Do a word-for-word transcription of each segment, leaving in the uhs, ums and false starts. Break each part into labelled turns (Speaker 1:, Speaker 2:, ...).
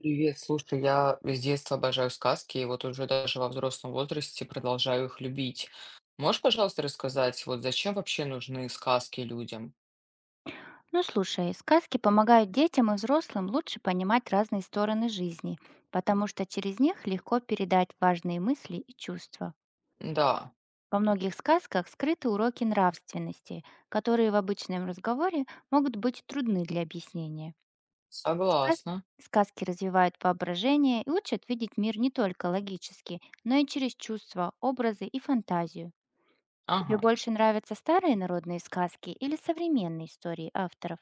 Speaker 1: Привет, слушай, я с детства обожаю сказки, и вот уже даже во взрослом возрасте продолжаю их любить. Можешь, пожалуйста, рассказать, вот зачем вообще нужны сказки людям?
Speaker 2: Ну слушай, сказки помогают детям и взрослым лучше понимать разные стороны жизни, потому что через них легко передать важные мысли и чувства.
Speaker 1: Да,
Speaker 2: Во многих сказках скрыты уроки нравственности, которые в обычном разговоре могут быть трудны для объяснения. Сказ-
Speaker 1: согласна.
Speaker 2: Сказки развивают воображение и учат видеть мир не только логически, но и через чувства, образы и фантазию. Тебе
Speaker 1: Ага.
Speaker 2: больше нравятся старые народные сказки или современные истории авторов?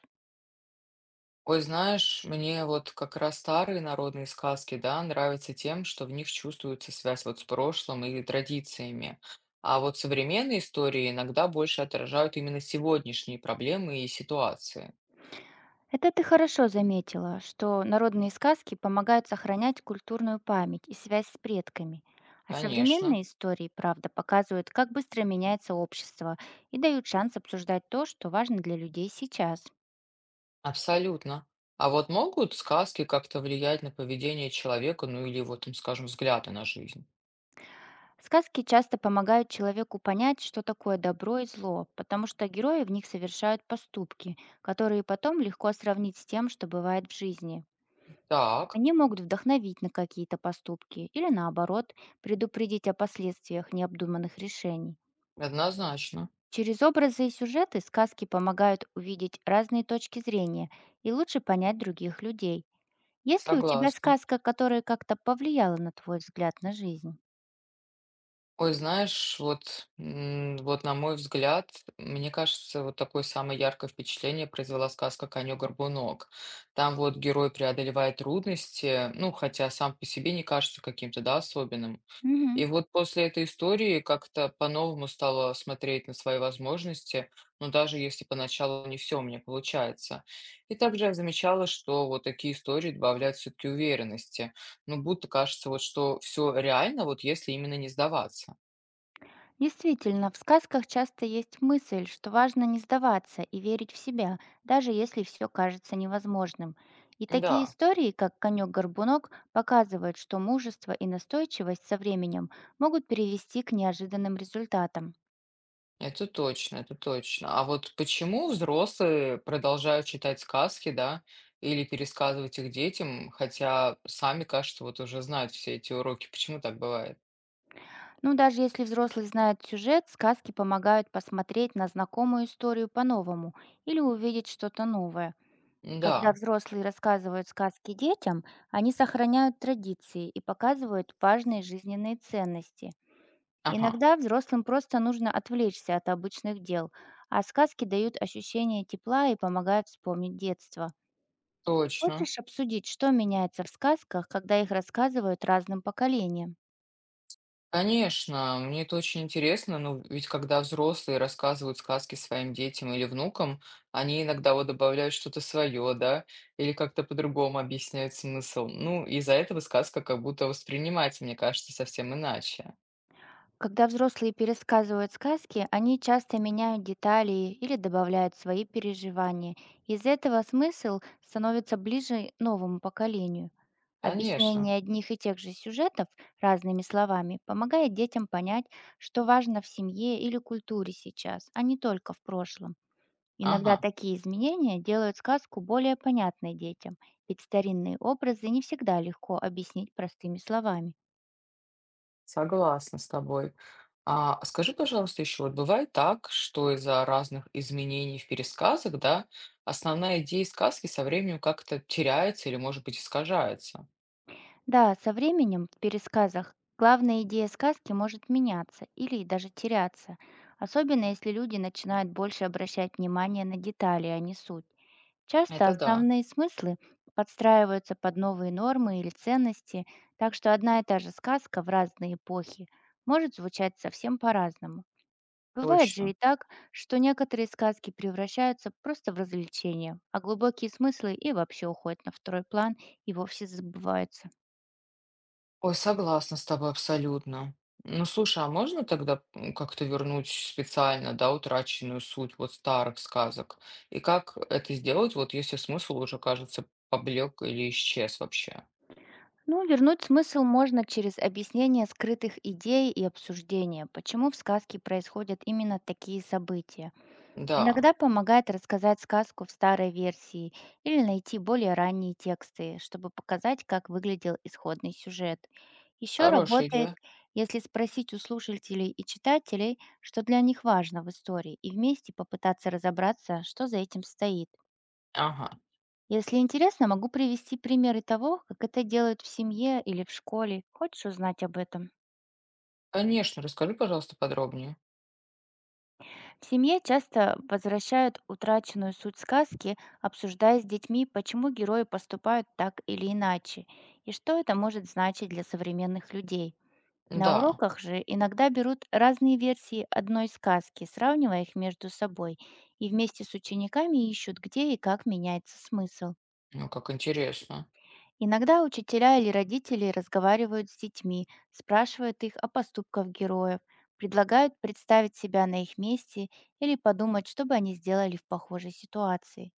Speaker 1: Ой, знаешь, мне вот как раз старые народные сказки, да, нравятся тем, что в них чувствуется связь вот с прошлым и традициями. А вот современные истории иногда больше отражают именно сегодняшние проблемы и ситуации.
Speaker 2: Это ты хорошо заметила, что народные сказки помогают сохранять культурную память и связь с предками. А
Speaker 1: Конечно.
Speaker 2: современные истории, правда, показывают, как быстро меняется общество и дают шанс обсуждать то, что важно для людей сейчас.
Speaker 1: Абсолютно. А вот могут сказки как-то влиять на поведение человека, ну или вот, там, скажем, взгляды на жизнь?
Speaker 2: Сказки часто помогают человеку понять, что такое добро и зло, потому что герои в них совершают поступки, которые потом легко сравнить с тем, что бывает в жизни.
Speaker 1: Так,
Speaker 2: Они могут вдохновить на какие-то поступки или, наоборот, предупредить о последствиях необдуманных решений.
Speaker 1: однозначно,
Speaker 2: Через образы и сюжеты сказки помогают увидеть разные точки зрения и лучше понять других людей. Есть ли у тебя
Speaker 1: согласна.
Speaker 2: сказка, которая как-то повлияла на твой взгляд на жизнь?
Speaker 1: Ой, знаешь, вот, м, вот на мой взгляд, мне кажется, вот такое самое яркое впечатление произвела сказка «Конек-горбунок». Там вот герой преодолевает трудности, ну, хотя сам по себе не кажется каким-то, да, особенным.
Speaker 2: Мгм.
Speaker 1: И вот после этой истории как-то по-новому стала смотреть на свои возможности, но даже если поначалу не все у меня получается. И также я замечала, что вот такие истории добавляют все-таки уверенности. Ну, будто кажется, вот что все реально, вот если именно не сдаваться.
Speaker 2: Действительно, в сказках часто есть мысль, что важно не сдаваться и верить в себя, даже если все кажется невозможным. И такие
Speaker 1: Да,
Speaker 2: истории, как «Конек-горбунок», показывают, что мужество и настойчивость со временем могут перевести к неожиданным результатам.
Speaker 1: это точно, это точно. А вот почему взрослые продолжают читать сказки, да, или пересказывать их детям, хотя сами, кажется, вот уже знают все эти уроки. Почему так бывает?
Speaker 2: Ну, даже если взрослый знает сюжет, сказки помогают посмотреть на знакомую историю по-новому или увидеть что-то новое. Когда
Speaker 1: Да,
Speaker 2: взрослые рассказывают сказки детям, они сохраняют традиции и показывают важные жизненные ценности.
Speaker 1: ага.
Speaker 2: Иногда взрослым просто нужно отвлечься от обычных дел, а сказки дают ощущение тепла и помогают вспомнить детство.
Speaker 1: Точно.
Speaker 2: Хочешь обсудить, что меняется в сказках, когда их рассказывают разным поколениям?
Speaker 1: Конечно, мне это очень интересно, ну, ведь когда взрослые рассказывают сказки своим детям или внукам, они иногда вот добавляют что-то свое, да, или как-то по-другому объясняют смысл. Ну, из-за этого сказка как будто воспринимается, мне кажется, совсем иначе.
Speaker 2: Когда взрослые пересказывают сказки, они часто меняют детали или добавляют свои переживания. Из этого смысл становится ближе новому поколению.
Speaker 1: Конечно.
Speaker 2: Объяснение одних и тех же сюжетов разными словами помогает детям понять, что важно в семье или культуре сейчас, а не только в прошлом. Иногда
Speaker 1: Ага,
Speaker 2: такие изменения делают сказку более понятной детям, ведь старинные образы не всегда легко объяснить простыми словами.
Speaker 1: согласна с тобой. А скажи, пожалуйста, еще вот бывает так, что из-за разных изменений в пересказах, да, основная идея сказки со временем как-то теряется или, может быть, искажается?
Speaker 2: Да, со временем в пересказах главная идея сказки может меняться или даже теряться, особенно если люди начинают больше обращать внимание на детали, а не суть. Часто
Speaker 1: Это да,
Speaker 2: основные смыслы подстраиваются под новые нормы или ценности, так что одна и та же сказка в разные эпохи может звучать совсем по-разному. Бывает же
Speaker 1: точно.
Speaker 2: и так, что некоторые сказки превращаются просто в развлечение, а глубокие смыслы и вообще уходят на второй план и вовсе забываются.
Speaker 1: Ой, согласна с тобой абсолютно. Ну, слушай, а можно тогда м, как-то вернуть специально, да, утраченную суть вот старых сказок? И как это сделать, вот если смысл уже, кажется, поблек или исчез вообще?
Speaker 2: Ну, вернуть смысл можно через объяснение скрытых идей и обсуждение, почему в сказке происходят именно такие события.
Speaker 1: Да,
Speaker 2: Иногда помогает рассказать сказку в старой версии или найти более ранние тексты, чтобы показать, как выглядел исходный сюжет. Еще
Speaker 1: хорошая
Speaker 2: работает,
Speaker 1: идея.
Speaker 2: если спросить у слушателей и читателей, что для них важно в истории, и вместе попытаться разобраться, что за этим стоит.
Speaker 1: Ага.
Speaker 2: Если интересно, могу привести примеры того, как это делают в семье или в школе. Хочешь узнать об этом?
Speaker 1: Конечно, расскажи, пожалуйста, подробнее.
Speaker 2: В семье часто возвращают утраченную суть сказки, обсуждая с детьми, почему герои поступают так или иначе, и что это может значить для современных людей. На
Speaker 1: Да,
Speaker 2: уроках же иногда берут разные версии одной сказки, сравнивая их между собой, и вместе с учениками ищут, где и как меняется смысл.
Speaker 1: ну как интересно.
Speaker 2: Иногда учителя или родители разговаривают с детьми, спрашивают их о поступках героев, предлагают представить себя на их месте или подумать, что бы они сделали в похожей ситуации.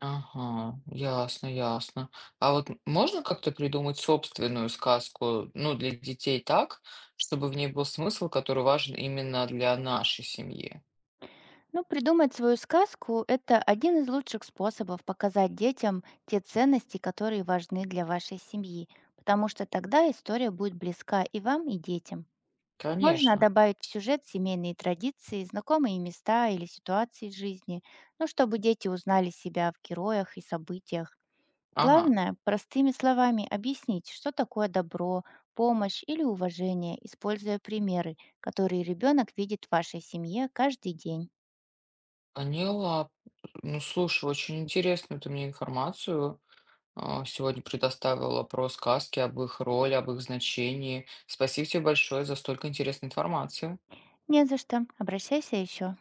Speaker 1: Ага, ясно, ясно. А вот м- можно как-то придумать собственную сказку, ну, для детей так, чтобы в ней был смысл, который важен именно для нашей семьи?
Speaker 2: Но придумать свою сказку– это один из лучших способов показать детям те ценности, которые важны для вашей семьи, потому что тогда история будет близка и вам, и детям. Можно
Speaker 1: Конечно.
Speaker 2: добавить в сюжет семейные традиции, знакомые места или ситуации из жизни, ну, чтобы дети узнали себя в героях и событиях.
Speaker 1: Ага,
Speaker 2: Главное, простыми словами объяснить, что такое добро, помощь или уважение, используя примеры, которые ребенок видит в вашей семье каждый день.
Speaker 1: поняла. Ну, слушай, очень интересную ты мне информацию а, сегодня предоставила про сказки, об их роли, об их значении. Спасибо тебе большое за столько интересной информации.
Speaker 2: Не за что. Обращайся еще.